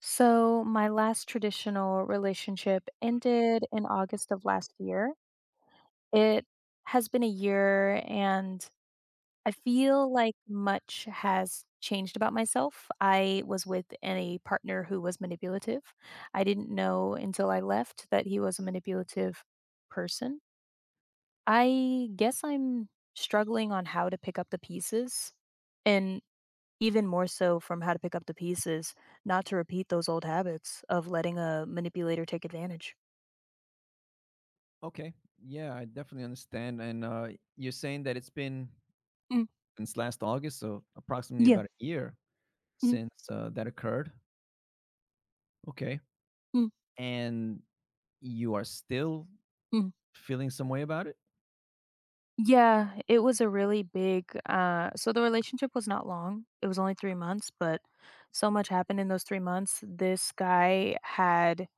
So, my last traditional relationship ended in August of last year. It has been a year, and I feel like much has changed about myself. I was with a partner who was manipulative. I didn't know until I left that he was a manipulative person. I guess I'm struggling on how to pick up the pieces and even more so from how to pick up the pieces, not to repeat those old habits of letting a manipulator take advantage. Okay. Yeah, I definitely understand. And you're saying that it's been Mm, since last August, so approximately yeah. about a year Mm, since that occurred. Okay. mm, And you are still mm. feeling some way about it? Yeah, it was a really big so the relationship was not long. It was only 3 months, but so much happened in those 3 months. This guy had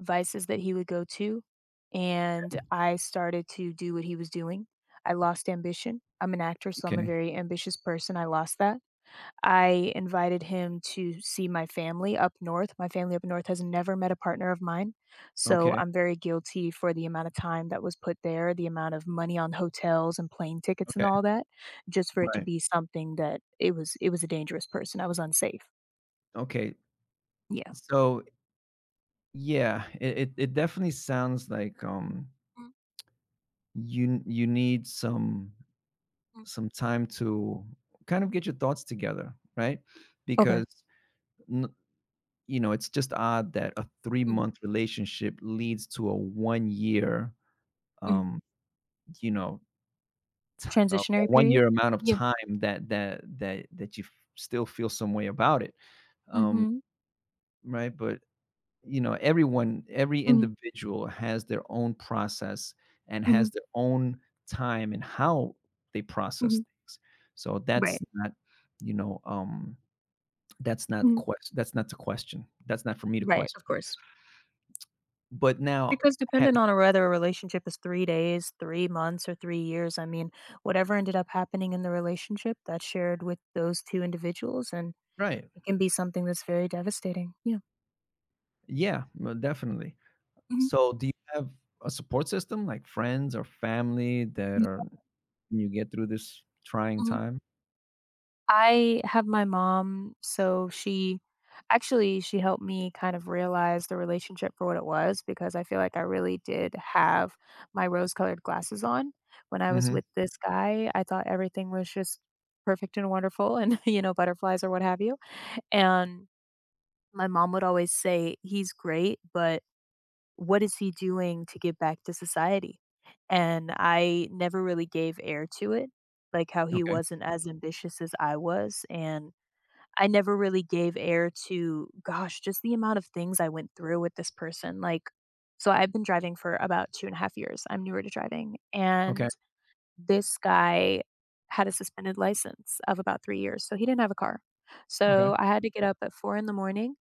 vices that he would go to, and I started to do what he was doing. I lost ambition. I'm an actor, so I'm a Okay. very ambitious person. I lost that. I invited him to see my family up north. My family up north has never met a partner of mine, so Okay. I'm very guilty for the amount of time that was put there, the amount of money on hotels and plane tickets and Okay. all that, just for it to Right. be something that it was a dangerous person. I was unsafe. Okay. Yeah. So yeah, it definitely sounds like Mm, you need some mm. some time to kind of get your thoughts together, right? Okay. Because n- it's just odd that a Mm, 3-month relationship leads to a 1-year, mm. um, you know, t a Transitionary period? one-year amount of Yeah. time that that that that you f still feel some way about it, um, Mhm. right? But, everyone every Mhm. individual has their own process and Mhm. has their own time and how they process Mhm. things. So that's Right. not, you know, um, that's not Mhm. ques that's not to question. That's not for me to Right, question. of course. But now Because ha depending on whether a relationship is 3 days, 3 months, or 3 years, I mean, whatever ended up happening in the relationship, that's shared with those 2 individuals, and right. it can be something that's very devastating. Yeah. Yeah, well, definitely. Mhm. So, do you have a support system like friends or family that Yeah. are you get through this trying Mhm. time? I have my mom, so she, actually, she helped me kind of realize the relationship for what it was, because I feel like I really did have my rose-colored glasses on. When I was Mhm. with this guy, I thought everything was just perfect and wonderful and, butterflies or what have you. And my mom would always say, "He's great, but what is he doing to give back to society?" And I never really gave air to it, like how he Okay. wasn't as ambitious as I was. And I never really gave air to, gosh, just the amount of things I went through with this person. Like, so I've been driving for about 2.5 years. I'm newer to driving. Okay. And this guy had a suspended license of about 3 years, so he didn't have a car. Okay. So I had to get up at 4 in the morning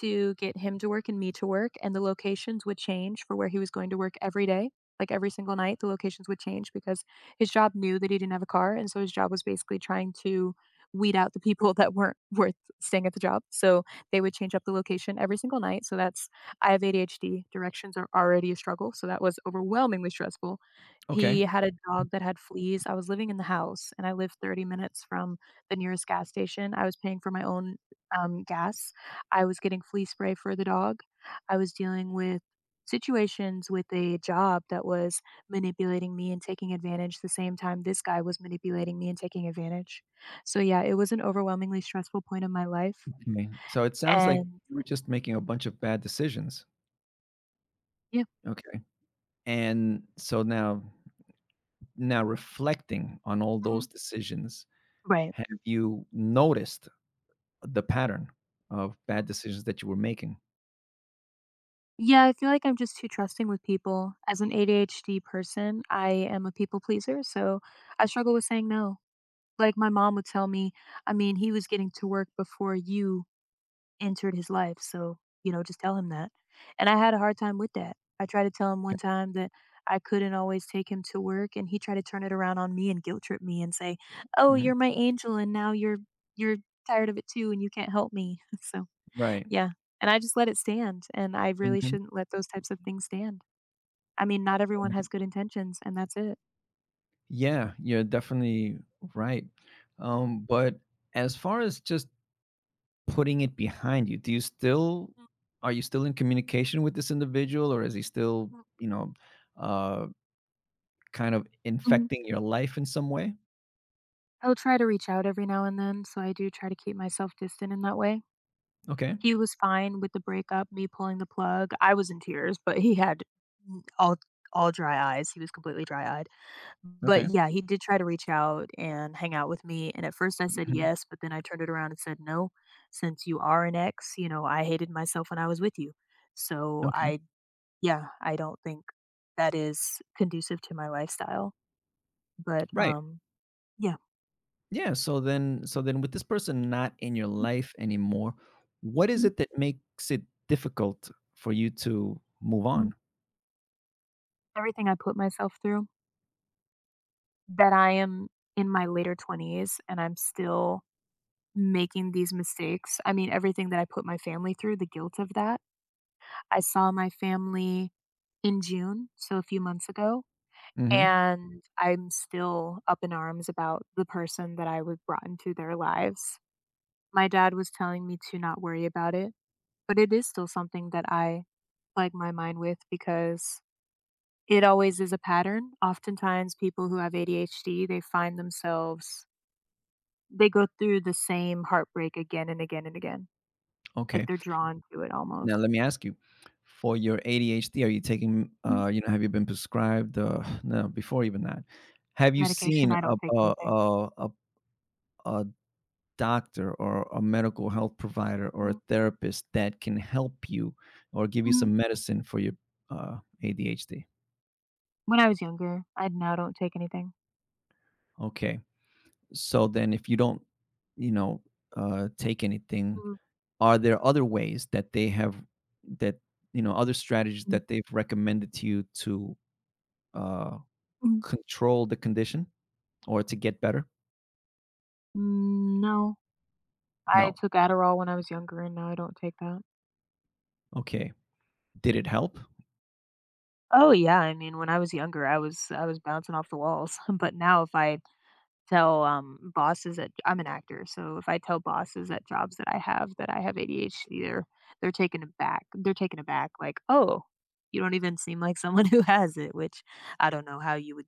to get him to work and me to work, and the locations would change for where he was going to work every day. Like, every single night, the locations would change because his job knew that he didn't have a car, and so his job was basically trying to weed out the people that weren't worth staying at the job. So they would change up the location every single night. So that's I have ADHD, directions are already a struggle, so that was overwhelmingly stressful. Okay. He had a dog that had fleas. I was living in the house, and I lived 30 minutes from the nearest gas station. I was paying for my own gas. I was getting flea spray for the dog. I was dealing with situations with a job that was manipulating me and taking advantage the same time this guy was manipulating me and taking advantage. So, yeah, it was an overwhelmingly stressful point in my life, Okay. So it sounds like and. Mhm. you were just making a bunch of bad decisions. Yeah, Okay. And so now now reflecting on all mhm. those decisions, Right. have you noticed the pattern of Mhm. bad decisions that you were making? Yeah, I feel like I'm just too trusting with people. As an ADHD person, I am a people pleaser, so I struggle with saying no. Like, my mom would tell me, I mean, he was getting to work before you entered his life, so, just tell him that. And I had a hard time with that. I tried to tell him one Okay. time that I couldn't always take him to work, and he tried to turn it around on me and guilt trip me and say, "Oh, Mhm. you're my angel and now you're tired of it too and you can't help me." So, Right. yeah, and I just let it stand, and I really Mhm. shouldn't let those types of things stand. I mean, not everyone has good intentions, and that's it. Yeah, you're definitely right. Mhm, But as far as just putting it behind you, do you still mm, are you still in communication with this individual, or is he still, mm. you know, uh, kind of Mhm. infecting your life in some way? I'll try to reach out every now and then, so I do try to keep myself distant in that way. Okay, He was fine with the breakup, me pulling the plug. I was in tears, but he had n all dry eyes. He was completely dry-eyed. But okay, yeah, he did try to reach out and hang out with me, and at first I said mhm, yes, but then I turned it around and said, "No, since you are an ex, I hated myself when I was with you." So okay, I yeah, I don't think that is conducive to my lifestyle, but, right. Yeah. Yeah, so then with this person not in your life anymore, what is Mhm, it that makes it difficult for you to move mhm. on? Everything I put myself through, that I am in my later 20s and I'm still making these mistakes. I mean, everything that I put my family through, the guilt of that. I saw my family in June, so a few months ago, Mhm. and I'm still up in arms about the person that I was brought into their lives. My dad was telling me to not worry about it, but it is still something that I plague my mind with, because it always is a pattern. Oftentimes, people who have ADHD, they find themselves, they go through the same heartbreak again and again and again. Like, Okay. they're drawn to it Now almost. let me ask you, for your ADHD, are you taking, Mm. Have you been prescribed, no, before even that, have you Medication, seen I don't take anything. A doctor or a medical health provider or a Mm. therapist that can help you or give you Mhm. some medicine for your ADHD? When I was younger. I now don't take anything. Okay. So then if you don't, you know, take anything, are there other ways that they have that, other strategies Mm, that they've recommended to you to uh, mm, control the condition or to get better? mm, no. I No. took Adderall when I was younger, and now I don't take that. Okay. Did it help? Oh yeah, I mean, when I was younger, I was bouncing off the walls. But now, if I tell bosses that I'm an actor, so if I tell bosses at jobs that I have, that I have ADHD, they're taken aback. They're taken aback, like, oh, you don't even seem like someone who has it. Which, I don't know how you would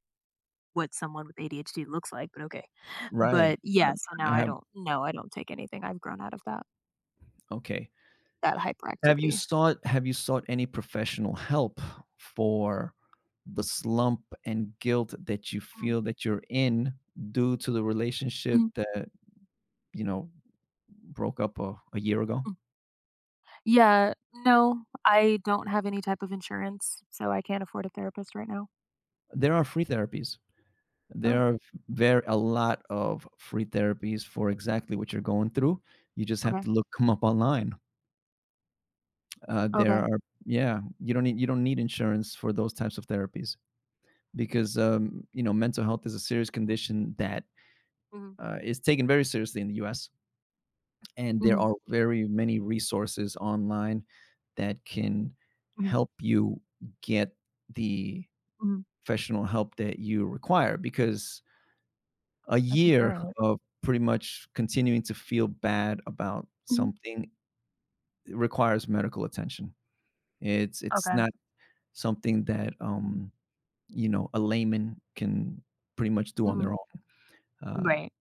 what someone with ADHD looks like, but okay. Right. But I yeah, so now I I have don't. No, I don't take anything. I've grown out of that okay. that hyperactivity. Have you sought any professional help for the slump and guilt that you Mhm, feel that you're in due to the relationship mhm, that, you know, broke up a year ago? mm. Yeah, no, I don't have any type of insurance, so I can't afford a therapist right now. There are free therapies. There Oh, are very a lot of free therapies for exactly what you're going through. You just have okay, to look them up online. There okay. are yeah, you don't need insurance for those types of therapies because, mental health is a serious Mm, condition that, mhm, is taken very seriously in the US, and there mhm, are very many resources online that can mhm, help you get the mhm. professional help that you require because a I can year try it. of pretty much continuing to feel bad about Mhm. something requires medical attention. It's Okay. not something that a layman can pretty much do on Mhm. their own. Uh, Right.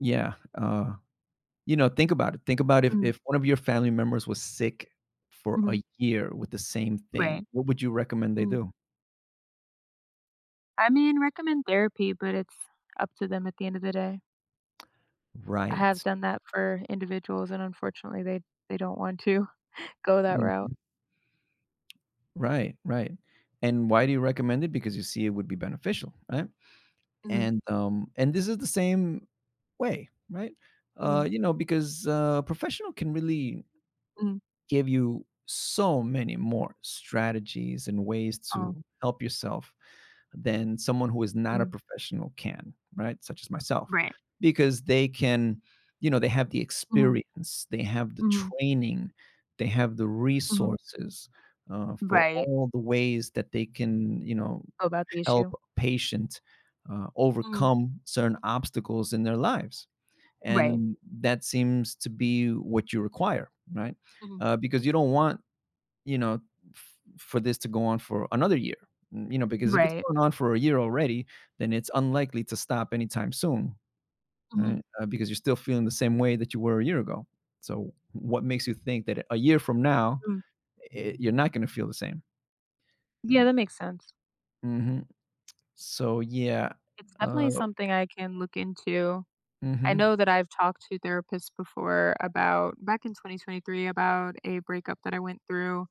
yeah, uh, think about it. Think about Mhm, if one of your family members was sick for mhm, a year with the same thing, right. what would you recommend they Mhm. do? I mean, recommend therapy, but it's up to them at the end of the day. I Right. have done that for individuals, and unfortunately, they don't want to go that route. Mhm. Mhm, Right, right. And why do you recommend it? Because you see it would be beneficial, right? mhm, And this is the same way, right? Mhm, Because professional can really mhm. give you so many more strategies and ways Oh, to help yourself than someone who is not a mhm, professional can, right? Such as myself, right. because they can, they have the Mhm, experience, they have the mhm, training, they have the mhm. resources for Right. all the ways that they can, Oh, about the help issue? a patient Mhm. overcome certain obstacles in their lives. Right. And that seems to be what you require, right? Mhm. Because you don't want, you know, for this to go on for another year, because if it's Right. going on for a year already, then it's unlikely to stop anytime soon, right? Mhm. Because you're still feeling the same way that you were a year ago. So, what makes you think that a year from now, Mm. You're not going to feel the same? Yeah, Right? that makes sense. Hmm. So, yeah. It's definitely Uh, something I can look into. I hmm know that I've talked to therapists before, about back in 2023, about a breakup that I went through,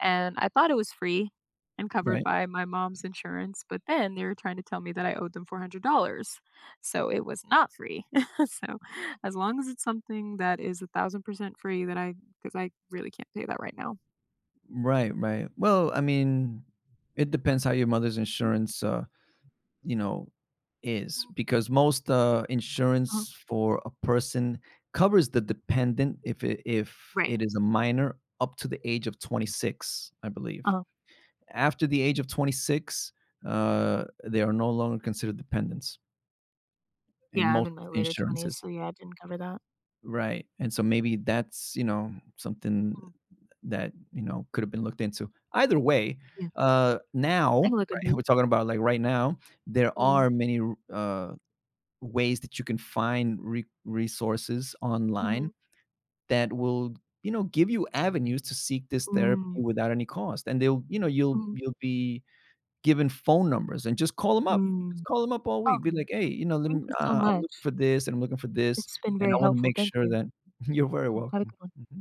and I thought it was free and covered Right. by my mom's insurance, but then they were trying to tell me that I owed them $400. So it was not free. So, as long as it's something that is 1000% free, that I because I really can't pay that right now. Right, right. Well, I mean, it depends how your mother's Hmm, insurance, you know, is mhm. because most Uh-huh. insurance for a person covers the dependent if Right. it is a minor up to the age of 26, I believe. Oh, After the age of 26, they are no longer considered dependents in yeah, I'm most in my later 20s, insurances. so yeah, I didn't cover that. Right. And so maybe that's, something Mm, that, could have been looked into. Either way, yeah, I now, can look right, into it. we're talking about like right now, there Mm, are many uh, ways that you can find resources online mhm, that will, give you avenues to seek this therapy mm, without any cost. And they'll, you'll mhm, you'll be given phone numbers and just call them up. mm. Just call them up all week. Be Okay, like, hey, let thank me, you so I'm looking much. for this and I'm looking for this, It's been and very I want to helpful, make thank sure you. that you're very Mm, have a welcome. good one. Mhm.